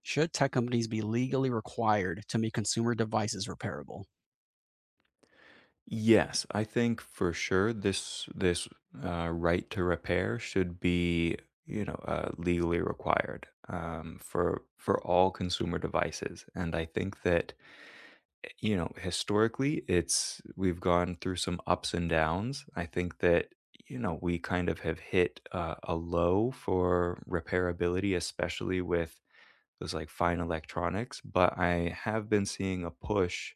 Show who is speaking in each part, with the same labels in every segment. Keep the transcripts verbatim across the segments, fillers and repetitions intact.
Speaker 1: Should tech companies be legally required to make consumer devices repairable?
Speaker 2: Yes, I think for sure this this uh, right to repair should be you know uh, legally required, um, for for all consumer devices, and I think that, you know, historically it's we've gone through some ups and downs. I think that, you know, we kind of have hit uh, a low for repairability, especially with those like fine electronics, but I have been seeing a push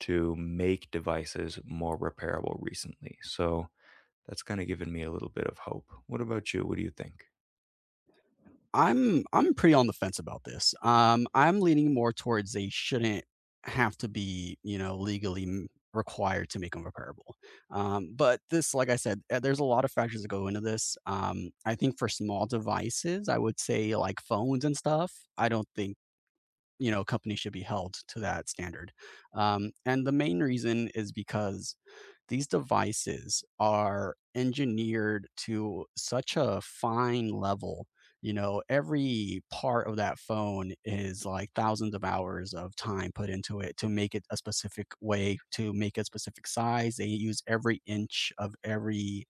Speaker 2: to make devices more repairable recently. So that's kind of given me a little bit of hope. What about you? What do you think?
Speaker 1: I'm I'm pretty on the fence about this. Um, I'm leaning more towards they shouldn't have to be, you know, legally m- required to make them repairable. Um, but this, like I said, uh, there's a lot of factors that go into this. Um, I think for small devices, I would say like phones and stuff. I don't think you know companies should be held to that standard. Um, and the main reason is because these devices are engineered to such a fine level. You know, every part of that phone is like thousands of hours of time put into it to make it a specific way, to make a specific size. They use every inch of every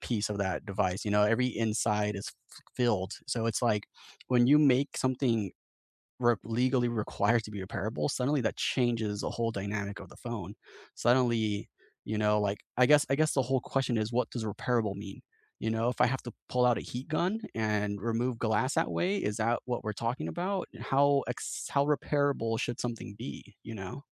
Speaker 1: piece of that device. You know, every inside is f- filled. So it's like when you make something re legally required to be repairable, suddenly that changes the whole dynamic of the phone. Suddenly, you know, like, I guess I guess the whole question is, what does repairable mean? You know, if I have to pull out a heat gun and remove glass that way, is that what we're talking about? How ex how repairable should something be, you know?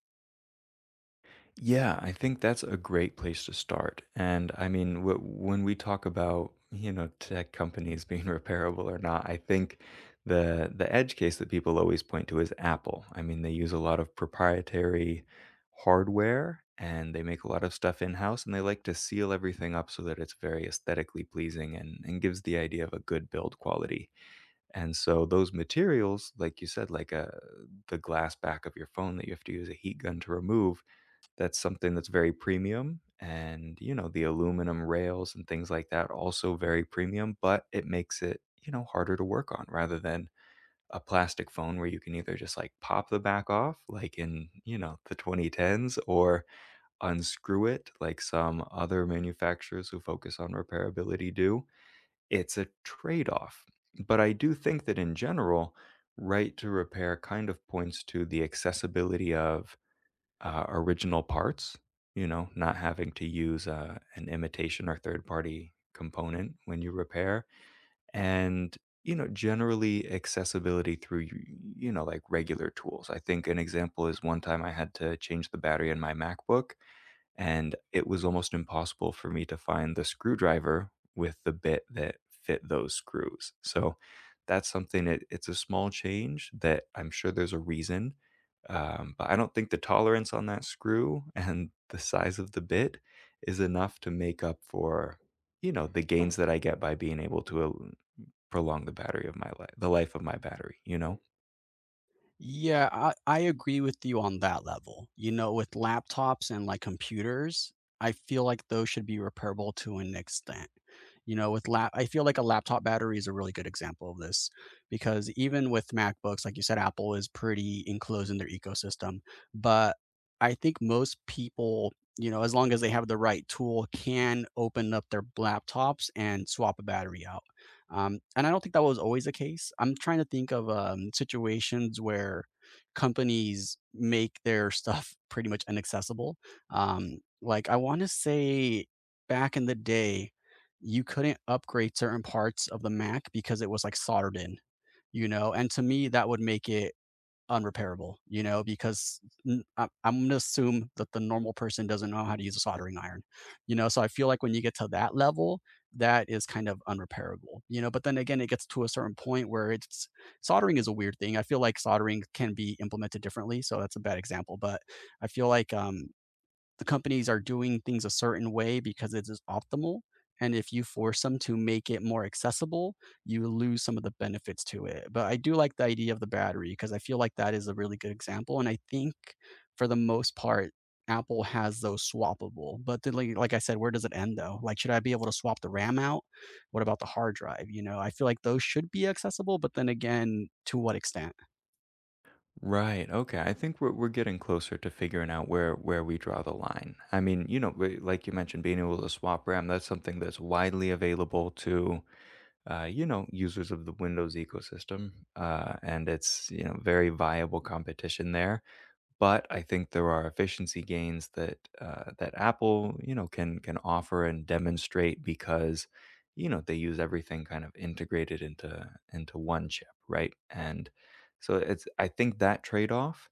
Speaker 2: Yeah, I think that's a great place to start. And I mean, w- when we talk about, you know, tech companies being repairable or not, I think the the edge case that people always point to is Apple. I mean, they use a lot of proprietary hardware and they make a lot of stuff in-house, and they like to seal everything up so that it's very aesthetically pleasing and, and gives the idea of a good build quality. And so those materials, like you said, like, uh, the glass back of your phone that you have to use a heat gun to remove, that's something that's very premium. And, you know, the aluminum rails and things like that, also very premium, but it makes it, you know, harder to work on rather than a plastic phone where you can either just like pop the back off, like in, you know, the twenty tens, or unscrew it, like some other manufacturers who focus on repairability do. It's a trade-off, but I do think that in general, right to repair kind of points to the accessibility of, uh, original parts, you know, not having to use uh, an imitation or third-party component when you repair, and, you know, generally accessibility through, y you know, like, regular tools. I think an example is one time I had to change the battery in my MacBook, and it was almost impossible for me to find the screwdriver with the bit that fit those screws. So that's something that it's a small change that I'm sure there's a reason, um, but I don't think the tolerance on that screw and the size of the bit is enough to make up for, you know, the gains that I get by being able to uh, prolong the battery of my life, the life of my battery, you know?
Speaker 1: Yeah, I, I agree with you on that level. You know, with laptops and like computers, I feel like those should be repairable to an extent. You know, with lap, I feel like a laptop battery is a really good example of this because even with MacBooks, like you said, Apple is pretty enclosed in their ecosystem. But I think most people, you know, as long as they have the right tool, can open up their laptops and swap a battery out. Um, and I don't think that was always the case. I'm trying to think of um, situations where companies make their stuff pretty much inaccessible. Um, like I want to say back in the day, you couldn't upgrade certain parts of the Mac because it was like soldered in, you know. And to me, that would make it unrepairable, you know, because i I- I'm going to assume that the normal person doesn't know how to use a soldering iron, you know. So I feel like when you get to that level, that is kind of unrepairable, you know. But then again, it gets to a certain point where it's soldering is a weird thing. I feel like soldering can be implemented differently. So that's a bad example, but I feel like um, the companies are doing things a certain way because it is optimal. And if you force them to make it more accessible, you lose some of the benefits to it. But I do like the idea of the battery because I feel like that is a really good example. And I think for the most part, Apple has those swappable. But then, like, like I said, where does it end though? Like, should I be able to swap the RAM out? What about the hard drive? You know, I feel like those should be accessible. But then again, to what extent?
Speaker 2: Right. Okay. I think we're we're getting closer to figuring out where where we draw the line. I mean, you know, we- like you mentioned, being able to swap RAM, that's something that's widely available to, uh, you know, users of the Windows ecosystem. Uh, and it's, you know, very viable competition there. But I think there are efficiency gains that uh, that Apple, you know, can can offer and demonstrate because, you know, they use everything kind of integrated into into one chip, right? And so it's I think that trade off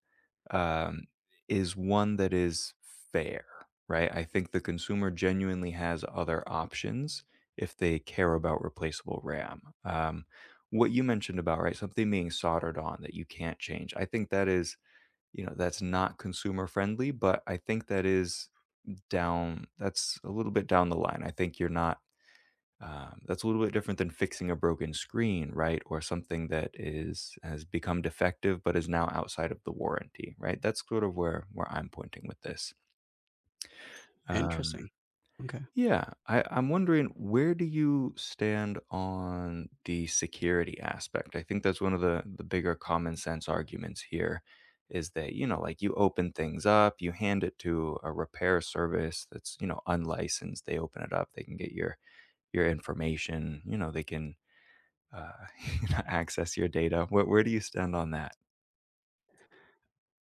Speaker 2: um, is one that is fair, right? I think the consumer genuinely has other options if they care about replaceable RAM. Um, what you mentioned about right something being soldered on that you can't change, I think that is, you know, that's not consumer friendly, but I think that is down that's a little bit down the line. I think you're not um, that's a little bit different than fixing a broken screen, right? Or something that is has become defective but is now outside of the warranty, right? That's sort of where where I'm pointing with this. Um,
Speaker 1: Interesting. Okay.
Speaker 2: yeah, I, I'm wondering, where do you stand on the security aspect? I think that's one of the the bigger common sense arguments here is that, you know, like you open things up, you hand it to a repair service that's, you know, unlicensed. They open it up, they can get your your information, you know, they can uh, you know, access your data. Where, where do you stand on that?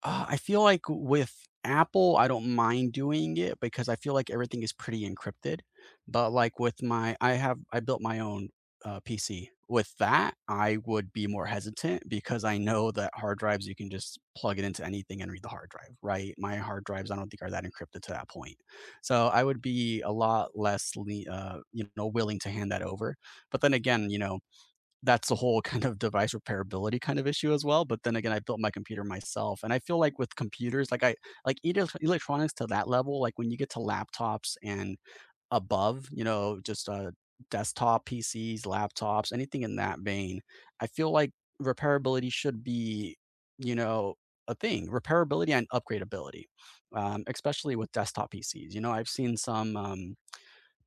Speaker 1: Uh, I feel like with Apple, I don't mind doing it because I feel like everything is pretty encrypted. But like with my, I have, I built my own uh, P C. With that, I would be more hesitant because I know that hard drives, you can just plug it into anything and read the hard drive, right? My hard drives, I don't think are that encrypted to that point. So I would be a lot less, le- uh, you know, willing to hand that over. But then again, you know, that's the whole kind of device repairability kind of issue as well. But then again, I built my computer myself, and I feel like with computers, like I like elec- electronics to that level, like when you get to laptops and above, you know, just uh, desktop P Cs, laptops, anything in that vein, I feel like repairability should be, you know, a thing. Repairability and upgradability, um, especially with desktop P Cs. You know, I've seen some. Um,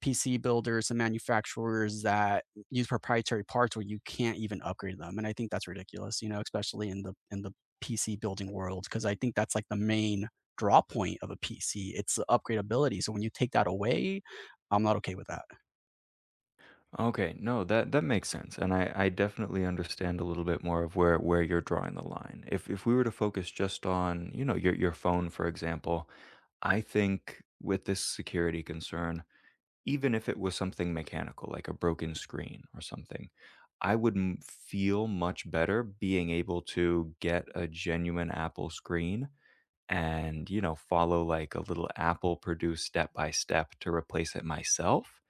Speaker 1: P C builders and manufacturers that use proprietary parts where you can't even upgrade them. And I think that's ridiculous, you know, especially in the in the P C building world, because I think that's like the main draw point of a P C. It's the upgradability. So when you take that away, I'm not okay with that.
Speaker 2: Okay, no, that that makes sense, and I I definitely understand a little bit more of where where you're drawing the line. If if we were to focus just on, you know, your your phone, for example, I think with this security concern, even if it was something mechanical, like a broken screen or something, I would m- feel much better being able to get a genuine Apple screen and, you know, follow like a little Apple produced step by step to replace it myself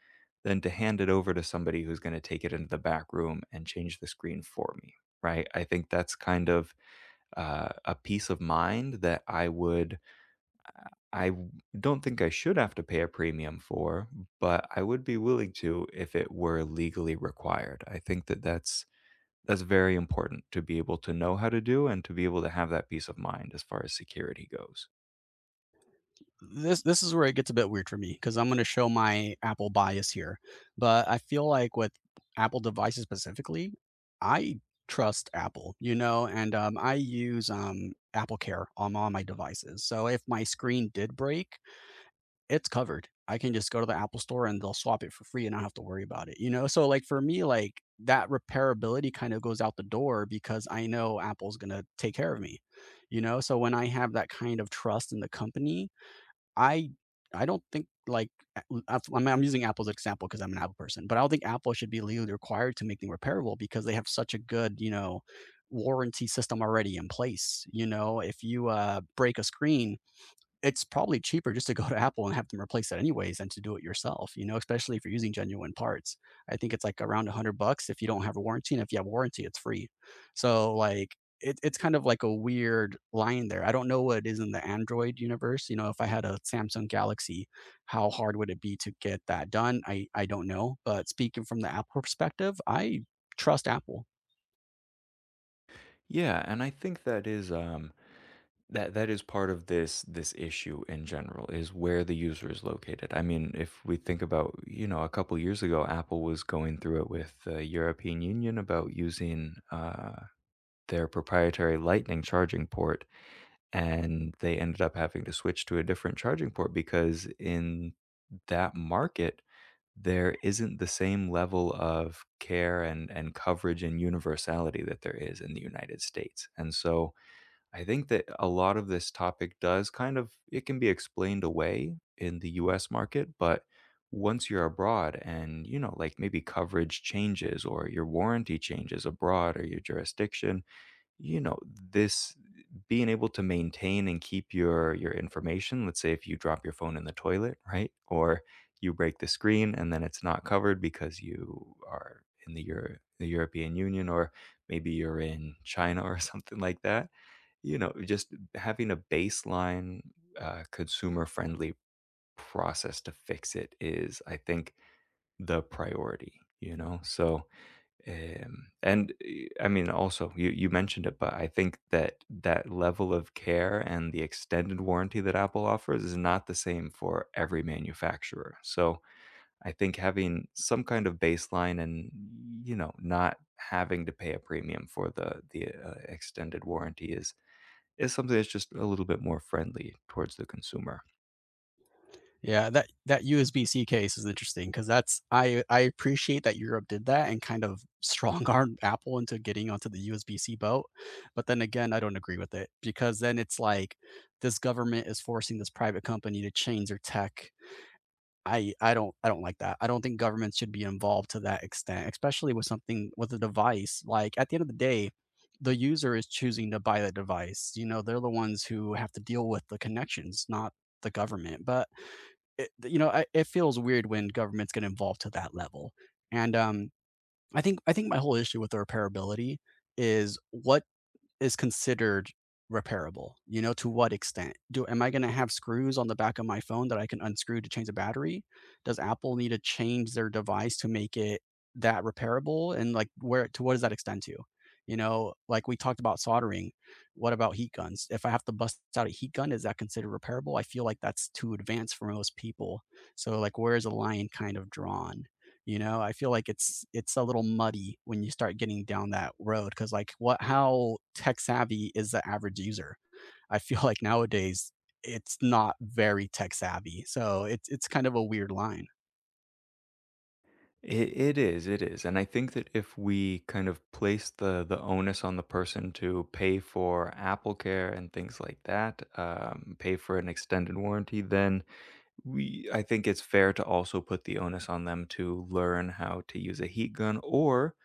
Speaker 2: than to hand it over to somebody who's gonna take it into the back room and change the screen for me, right? I think that's kind of, uh, a peace of mind that I would I w don't think I should have to pay a premium for, but I would be willing to if it were legally required. I think that that's that's very important to be able to know how to do and to be able to have that peace of mind as far as security goes.
Speaker 1: this this is where it gets a bit weird for me because I'm going to show my Apple bias here, but I feel like with Apple devices specifically, I trust Apple, you know, and um, I use um, Apple Care on all my devices. So if my screen did break, it's covered. I can just go to the Apple store and they'll swap it for free and I don't have to worry about it, you know? So, like, for me, like, that repairability kind of goes out the door because I know Apple's going to take care of me, you know? So, when I have that kind of trust in the company, I I don't think like a af I mean, I'm using Apple's example 'cause I'm an Apple person, but I don't think Apple should be legally required to make them repairable because they have such a good, you know, warranty system already in place, you know? If you, uh, break a screen, it's probably cheaper just to go to Apple and have them replace it anyways than to do it yourself, you know, especially if you're using genuine parts. I think it's like around one hundred bucks if you don't have a warranty, and if you have a warranty, it's free. So like it, it's kind of like a weird line there. I don't know what it is in the Android universe. You know, if I had a Samsung Galaxy, how hard would it be to get that done? I, I don't know. But speaking from the Apple perspective, I trust Apple.
Speaker 2: Yeah, and I think that is, um that that is part of this this issue in general is where the user is located. I mean, if we think about, you know, a couple years ago, Apple was going through it with the European Union about using, uh, their proprietary Lightning charging port, and they ended up having to switch to a different charging port because in that market, there isn't the same level of care and and coverage and universality that there is in the United States. And so I think that a lot of this topic does kind of it can be explained away in the U S market, but once you're abroad and, you know, like maybe coverage changes or your warranty changes abroad or your jurisdiction, you know, this being able to maintain and keep your your information, let's say if you drop your phone in the toilet, right? Or you break the screen and then it's not covered because you are in the Euro- the European Union, or maybe you're in China or something like that, you know, just having a baseline uh, consumer friendly process to fix it is, I think, the priority, you know? So, um, and eh, I mean, also you you mentioned it, but I think that that level of care and the extended warranty that Apple offers is not the same for every manufacturer. So I think having some kind of baseline and, you know, not having to pay a premium for the the uh, extended warranty is is something that's just a little bit more friendly towards the consumer.
Speaker 1: Yeah, that that U S B-C case is interesting because that's I I appreciate that Europe did that and kind of strong-armed Apple into getting onto the U S B-C boat, but then again, I don't agree with it because then it's like this government is forcing this private company to change their tech. I I don't I don't like that. I don't think governments should be involved to that extent, especially with something with a device. Like at the end of the day, the user is choosing to buy the device. You know, they're the ones who have to deal with the connections, not the government. But it, you know, I, it feels weird when governments get involved to that level. And um, I think I think my whole issue with the repairability is what is considered repairable? You know, to what extent? Do am I going to have screws on the back of my phone that I can unscrew to change the battery? Does Apple need to change their device to make it that repairable? And like, where to what does that extend to? You know, like we talked about soldering. What about heat guns? If I have to bust out a heat gun, is that considered repairable? I feel like that's too advanced for most people. So, like, where is the line kind of drawn? You know, I feel like it's it's a little muddy when you start getting down that road because, like, what how tech savvy is the average user? I feel like nowadays it's not very tech savvy, so it's it's kind of a weird line.
Speaker 2: It it is, it is, and I think that if we kind of place the the onus on the person to pay for Apple Care and things like that, um, pay for an extended warranty, then we I think it's fair to also put the onus on them to learn how to use a heat gun or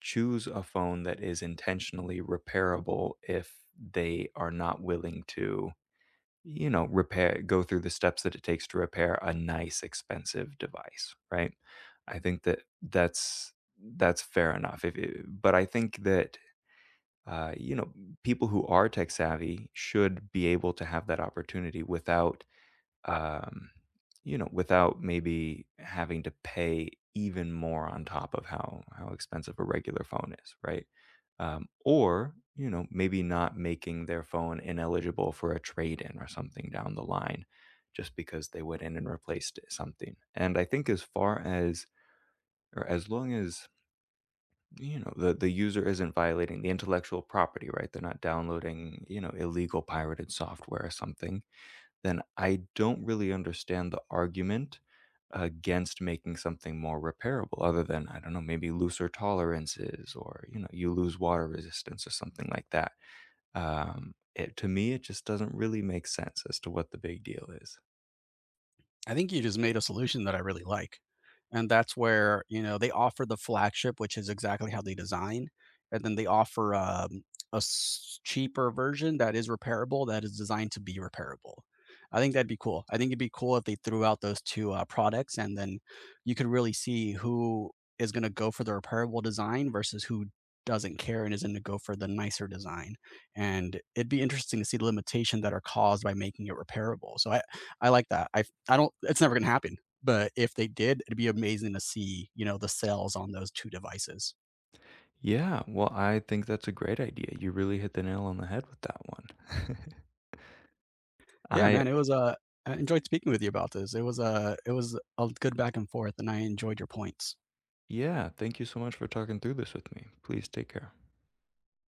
Speaker 2: choose a phone that is intentionally repairable if they are not willing to, you know, repair go through the steps that it takes to repair a nice expensive device, right? I think that that's that's fair enough. If it, but I think that, uh, you know, people who are tech savvy should be able to have that opportunity without, um, you know, without maybe having to pay even more on top of how how expensive a regular phone is, right? Um, or you know, maybe not making their phone ineligible for a trade-in or something down the line, just because they went in and replaced it- something. And I think as far as, or as long as, you know, the the user isn't violating the intellectual property right, they're not downloading, you know, illegal pirated software or something, then I don't really understand the argument against making something more repairable, other than, I don't know, maybe looser tolerances or, you know, you lose water resistance or something like that. Um, it, to me, it just doesn't really make sense as to what the big deal is.
Speaker 1: I think you just made a solution that I really like. And that's where, you know, they offer the flagship, which is exactly how they design. And then they offer um, a s- cheaper version that is repairable, that is designed to be repairable. I think that'd be cool. I think it'd be cool if they threw out those two uh, products and then you could really see who is going to go for the repairable design versus who doesn't care and is going to go for the nicer design. And it'd be interesting to see the limitation that are caused by making it repairable. So I, I like that. I I don't. It's never going to happen. But if they did, it'd be amazing to see, you know, the sales on those two devices.
Speaker 2: Yeah, well, I think that's a great idea. You really hit the nail on the head with that one.
Speaker 1: Yeah,
Speaker 2: I,
Speaker 1: man, it was, uh I enjoyed speaking with you about this. It was, uh it was a good back and forth, and I enjoyed your points.
Speaker 2: yeah, thank you so much for talking through this with me. Please take care.